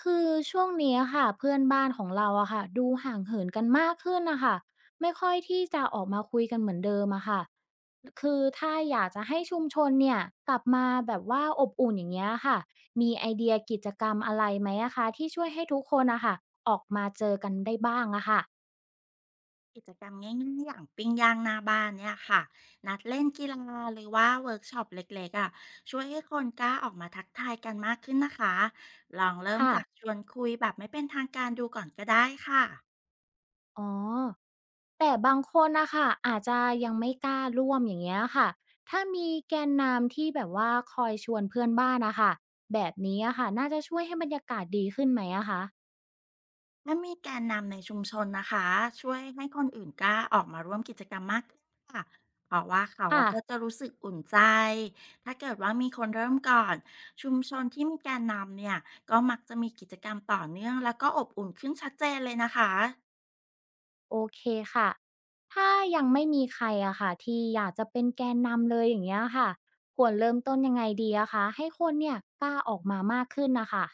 คือช่วงนี้อะค่ะเพื่อนบ้านของเราอะค่ะดูห่างเหินกันมากขึ้นนะคะไม่ค่อยที่จะออกมาคุยกันเหมือนเดิมอะค่ะคือถ้าอยากจะให้ชุมชนเนี่ยกลับมาแบบว่าอบอุ่นอย่างเงี้ยค่ะมีไอเดียกิจกรรมอะไรไหมอะคะที่ช่วยให้ทุกคนอะค่ะออกมาเจอกันได้บ้างอะค่ะกิจกรรมง่ายๆอย่างปิ้งย่างหน้าบ้านเนี่ยค่ะนัดเล่นกีฬาหรือว่าเวิร์กช็อปเล็กๆอ่ะช่วยให้คนกล้าออกมาทักทายกันมากขึ้นนะคะลองเริ่มค่ะจากชวนคุยแบบไม่เป็นทางการดูก่อนก็ได้ค่ะอ๋อ แต่บางคนนะคะอาจจะยังไม่กล้าร่วมอย่างเงี้ยค่ะถ้ามีแกนนำที่แบบว่าคอยชวนเพื่อนบ้านนะคะแบบนี้อะค่ะน่าจะช่วยให้บรรยากาศดีขึ้นไหมอะคะถ้ามีแกนนำในชุมชนนะคะช่วยให้คนอื่นกล้าออกมาร่วมกิจกรรมมากขึ้นค่ะเพราะว่าเขาค่ะอะก็จะรู้สึกอุ่นใจถ้าเกิดว่ามีคนเริ่มก่อนชุมชนที่มีแกนนำเนี่ยก็มักจะมีกิจกรรมต่อเนื่องแล้วก็อบอุ่นขึ้นชัดเจนเลยนะคะ โอเคค่ะถ้ายังไม่มีใครอะค่ะที่อยากจะเป็นแกนนำเลยอย่างเงี้ยค่ะควรเริ่มต้นยังไงดีอะคะให้คนเนี่ยกล้าออกมามากขึ้นนะคะ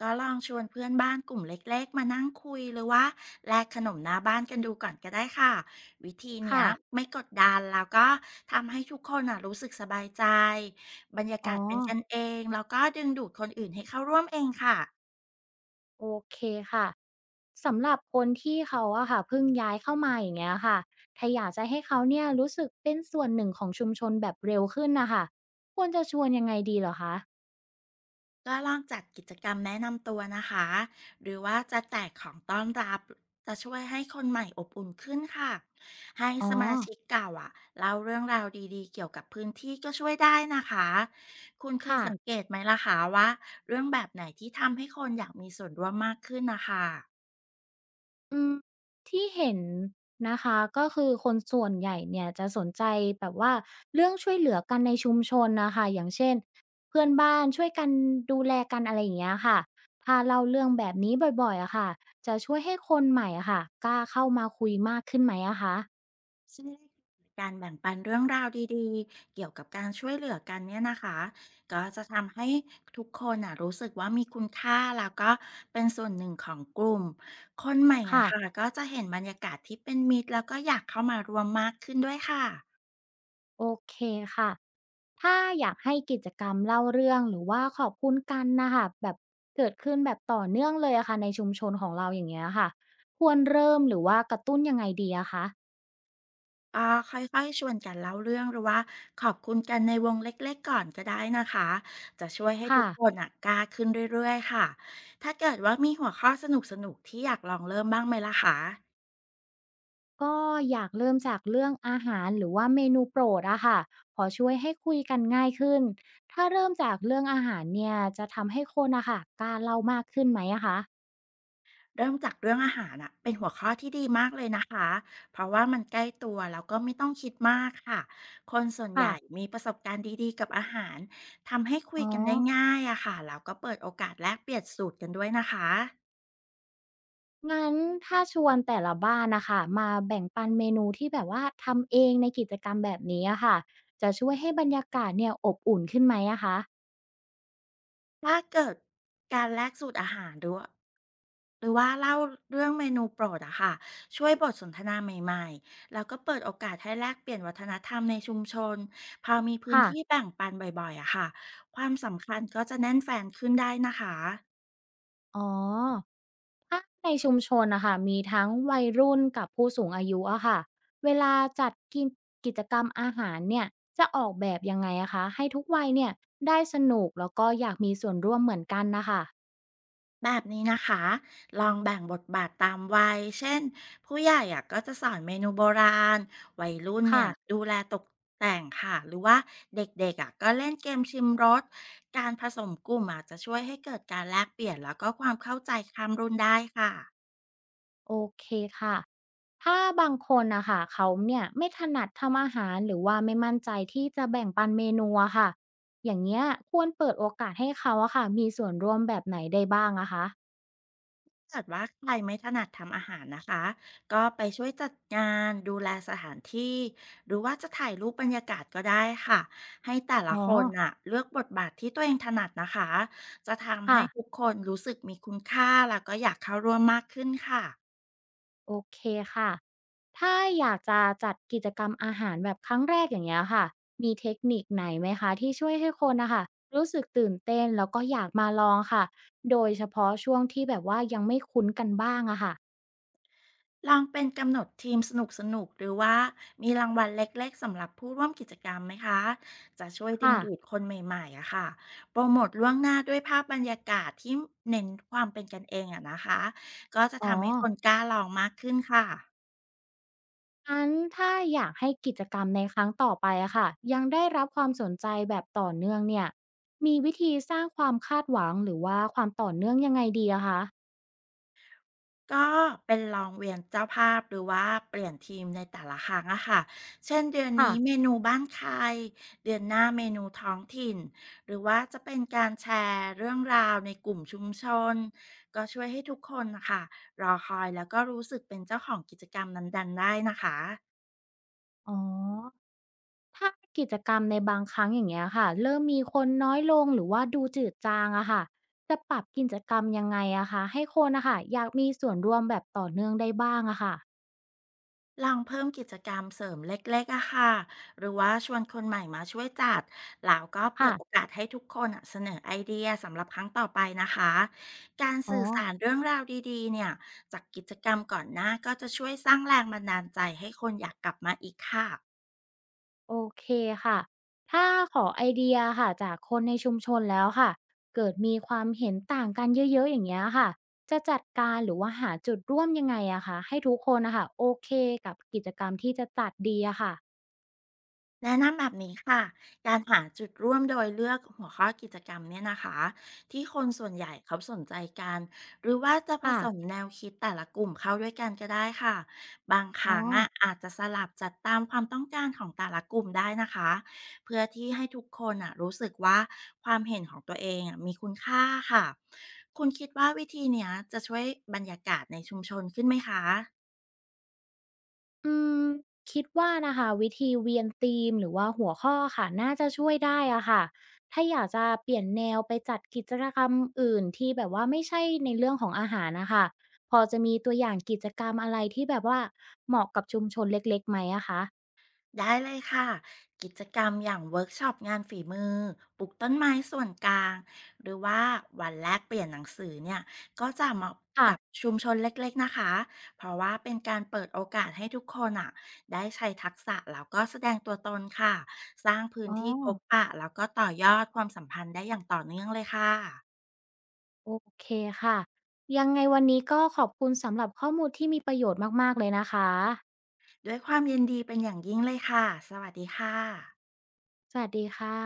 ก็ลองชวนเพื่อนบ้านกลุ่มเล็กๆมานั่งคุยหรือว่าแลกขนมหน้าบ้านกันดูก่อนก็ได้ค่ะวิธีเนี้ค่ะยไม่กดดันแล้วก็ทำให้ทุกคนน่ะรู้สึกสบายใจบรรยาอ๋อกาศเป็นกันเองแล้วก็ดึงดูดคนอื่นให้เข้าร่วมเองค่ะ โอเคค่ะ สำหรับคนที่เขาอะค่ะเพิ่งย้ายเข้ามาอย่างเงี้ยค่ะถ้าอยากจะให้เขาเนี่ยรู้สึกเป็นส่วนหนึ่งของชุมชนแบบเร็วขึ้นนะคะควรจะชวนยังไงดีเหรอคะก็ลองจัดกิจกรรมแนะนำตัวนะคะ หรือว่าจะแจกของต้อนรับ จะช่วยให้คนใหม่อบอุ่นขึ้นค่ะ ให้อ๋อสมาชิกเก่าอ่ะเล่าเรื่องราวดีๆเกี่ยวกับพื้นที่ก็ช่วยได้นะคะ คุณเคยค่ะสังเกตไหมล่ะคะว่าเรื่องแบบไหนที่ทำให้คนอยากมีส่วนร่วมมากขึ้นนะคะ อืมที่เห็นนะคะก็คือคนส่วนใหญ่เนี่ยจะสนใจแบบว่าเรื่องช่วยเหลือกันในชุมชนนะคะอย่างเช่นเพื่อนบ้านช่วยกันดูแลกันอะไรอย่างเงี้ยค่ะถ้าเล่าเรื่องแบบนี้บ่อยๆอะค่ะจะช่วยให้คนใหม่อะค่ะกล้าเข้ามาคุยมากขึ้นไหมอะคะการแบ่งปันเรื่องราวดีๆเกี่ยวกับการช่วยเหลือกันเนี่ยนะคะก็จะทำให้ทุกคนน่ะรู้สึกว่ามีคุณค่าแล้วก็เป็นส่วนหนึ่งของกลุ่มคนใหม่ค่ะ อะค่ะก็จะเห็นบรรยากาศที่เป็นมิตรแล้วก็อยากเข้ามารวมมากขึ้นด้วยค่ะโอเคค่ะถ้าอยากให้กิจกรรมเล่าเรื่องหรือว่าขอบคุณกันนะคะแบบเกิดขึ้นแบบต่อเนื่องเลยอะค่ะในชุมชนของเราอย่างเงี้ยค่ะควรเริ่มหรือว่ากระตุ้นยังไงดีอะคะก็ค่อยๆชวนกันเล่าเรื่องหรือว่าขอบคุณกันในวงเล็กๆก่อนก็ได้นะคะจะช่วยให้ทุค่ะกคนอ่ะกล้าขึ้นเรื่อยๆค่ะถ้าเกิดว่ามีหัวข้อสนุกๆที่อยากลองเริ่มบ้างไหมล่ะคะ ก็อยากเริ่มจากเรื่องอาหารหรือว่าเมนูโปรดอะค่ะพอช่วยให้คุยกันง่ายขึ้นถ้าเริ่มจากเรื่องอาหารเนี่ยจะทำให้คนอะค่ะกล้าเล่ามากขึ้นไหมอะคะเริ่มจากเรื่องอาหารอะเป็นหัวข้อที่ดีมากเลยนะคะเพราะว่ามันใกล้ตัวแล้วก็ไม่ต้องคิดมากค่ะคนส่วนใหญ่ค่ะมีประสบการณ์ดีๆกับอาหารทำให้คุอ๋ยอ กันได้ง่ายอะค่ะแล้วก็เปิดโอกาสแลกเปลี่ยนสูตรกันด้วยนะคะ งั้นถ้าชวนแต่ละบ้านนะคะมาแบ่งปันเมนูที่แบบว่าทำเองในกิจกรรมแบบนี้อะค่ะจะช่วยให้บรรยากาศเนี่ยอบอุ่นขึ้นไหมอะคะถ้าเกิดการแลกสูตรอาหารด้วยหรือว่าเล่าเรื่องเมนูโปรดอะค่ะช่วยบทสนทนาใหม่ๆแล้วก็เปิดโอกาสให้แลกเปลี่ยนวัฒนธรรมในชุมชนพอมีพื้นค่ะที่แบ่งปันบ่อยๆอะค่ะความสำคัญก็จะแน่นแฟนขึ้นได้นะคะ อ๋อถ้าในชุมชนนะคะมีทั้งวัยรุ่นกับผู้สูงอายุอะค่ะเวลาจัดกินกิจกรรมอาหารเนี่ยจะออกแบบยังไงอะคะให้ทุกวัยเนี่ยได้สนุกแล้วก็อยากมีส่วนร่วมเหมือนกันนะคะแบบนี้นะคะ ลองแบ่งบทบาทตามวัย เช่นผู้ใหญ่อะก็จะสอนเมนูโบราณวัยรุ่นเนี่ค่ะยดูแลตกแต่งค่ะ หรือว่าเด็กๆอะก็เล่นเกมชิมรส การผสมกลุ่มอาจจะช่วยให้เกิดการแลกเปลี่ยนแล้วก็ความเข้าใจข้ามรุ่นได้ค่ะ โอเคค่ะ ถ้าบางคนนะคะเขาเนี่ยไม่ถนัดทำอาหารหรือว่าไม่มั่นใจที่จะแบ่งปันเมนูอะค่ะอย่างเงี้ยควรเปิดโอกาสให้เขาอะค่ะมีส่วนร่วมแบบไหนได้บ้างอะคะถ้าเกิดว่าใครไม่ถนัดทำอาหารนะคะก็ไปช่วยจัดงานดูแลสถานที่หรือว่าจะถ่ายรูปบรรยากาศก็ได้ค่ะให้แต่ละอ๋อคนน่ะเลือกบทบาทที่ตัวเองถนัดนะคะจะทำให้ค่ะทุกคนรู้สึกมีคุณค่าแล้วก็อยากเข้าร่วมมากขึ้นค่ะ โอเคค่ะถ้าอยากจะจัดกิจกรรมอาหารแบบครั้งแรกอย่างเงี้ยค่ะมีเทคนิคไหนไหมคะที่ช่วยให้คนนะคะรู้สึกตื่นเต้นแล้วก็อยากมาลองค่ะโดยเฉพาะช่วงที่แบบว่ายังไม่คุ้นกันบ้างอะค่ะลองเป็นกำหนดทีมสนุกสนุกหรือว่ามีรางวัลเล็กๆสำหรับผู้ร่วมกิจกรรมไหมคะจะช่วยดึงค่ะดูดคนใหม่ๆอะค่ะโปรโมทล่วงหน้าด้วยภาพบรรยากาศที่เน้นความเป็นกันเองอะนะคะก็จะอ๋อ ทำให้คนกล้าลองมากขึ้นค่ะ งั้นถ้าอยากให้กิจกรรมในครั้งต่อไปอะค่ะยังได้รับความสนใจแบบต่อเนื่องเนี่ยมีวิธีสร้างความคาดหวังหรือว่าความต่อเนื่องยังไงดีอะคะก็เป็นลองเวียนเจ้าภาพหรือว่าเปลี่ยนทีมในแต่ละครั้งอะค่ะเช่นเดือนนี้เมค่ะนูบ้านใครเดือนหน้าเมนูท้องถิ่นหรือว่าจะเป็นการแชร์เรื่องราวในกลุ่มชุมชนก็ช่วยให้ทุกคนนะคะรอคอยแล้วก็รู้สึกเป็นเจ้าของกิจกรรมนั้นๆได้นะคะ อ๋อถ้ากิจกรรมในบางครั้งอย่างเงี้ยค่ะเริ่มมีคนน้อยลงหรือว่าดูจืดจางอะค่ะจะปรับกิจกรรมยังไงอะคะให้คนอะค่ะอยากมีส่วนร่วมแบบต่อเนื่องได้บ้างอะค่ะลองเพิ่มกิจกรรมเสริมเล็กๆอะค่ะ หรือว่าชวนคนใหม่มาช่วยจัดแล้วก็เปิค่ะดโอกาสให้ทุกคนอะเสนอไอเดียสำหรับครั้งต่อไปนะคะ การอ๋อ สื่อสารเรื่องราวดีๆเนี่ยจากกิจกรรมก่อนหน้าก็จะช่วยสร้างแรงบันดาลใจให้คนอยากกลับมาอีกค่ะ โอเคค่ะ ถ้าขอไอเดียค่ะจากคนในชุมชนแล้วค่ะ เกิดมีความเห็นต่างกันเยอะๆอย่างเงี้ยค่ะ จะจัดการหรือว่าหาจุดร่วมยังไงอะคะให้ทุกคนนะคะโอเคกับกิจกรรมที่จะจัดดีอะค่ะแนะนำแบบนี้ค่ะการหาจุดร่วมโดยเลือกหัวข้อกิจกรรมเนี่ยนะคะที่คนส่วนใหญ่เขาสนใจกันหรือว่าจะผค่ะสมแนวคิดแต่ละกลุ่มเข้าด้วยกันก็ได้ค่ะบางคอ๋อ รั้งอ่ะอาจจะสลับจัดตามความต้องการของแต่ละกลุ่มได้นะคะเพื่อที่ให้ทุกคนอ่ะรู้สึกว่าความเห็นของตัวเองอะมีคุณค่าค่ะคุณคิดว่าวิธีเนี้ยจะช่วยบรรยากาศในชุมชนขึ้นไหมคะ อืมคิดว่านะคะวิธีเวียนธีมหรือว่าหัวข้อค่ะน่าจะช่วยได้อะค่ะถ้าอยากจะเปลี่ยนแนวไปจัดกิจกรรมอื่นที่แบบว่าไม่ใช่ในเรื่องของอาหารนะคะพอจะมีตัวอย่างกิจกรรมอะไรที่แบบว่าเหมาะกับชุมชนเล็กๆไหมอะคะได้เลยค่ะกิจกรรมอย่างเวิร์กช็อปงานฝีมือปลูกต้นไม้ส่วนกลางหรือว่าวันแลกเปลี่ยนหนังสือเนี่ยก็จะเหมาะค่ะกับชุมชนเล็กๆนะคะเพราะว่าเป็นการเปิดโอกาสให้ทุกคนอ่ะได้ใช้ทักษะแล้วก็แสดงตัวตนค่ะสร้างพื้นอ๋อที่พบปะแล้วก็ต่อยอดความสัมพันธ์ได้อย่างต่อเนื่องเลยค่ะโอเคค่ะยังไงวันนี้ก็ขอบคุณสำหรับข้อมูลที่มีประโยชน์มากๆเลยนะคะด้วยความยินดีเป็นอย่างยิ่งเลยค่ะสวัสดีค่ะสวัสดีค่ะ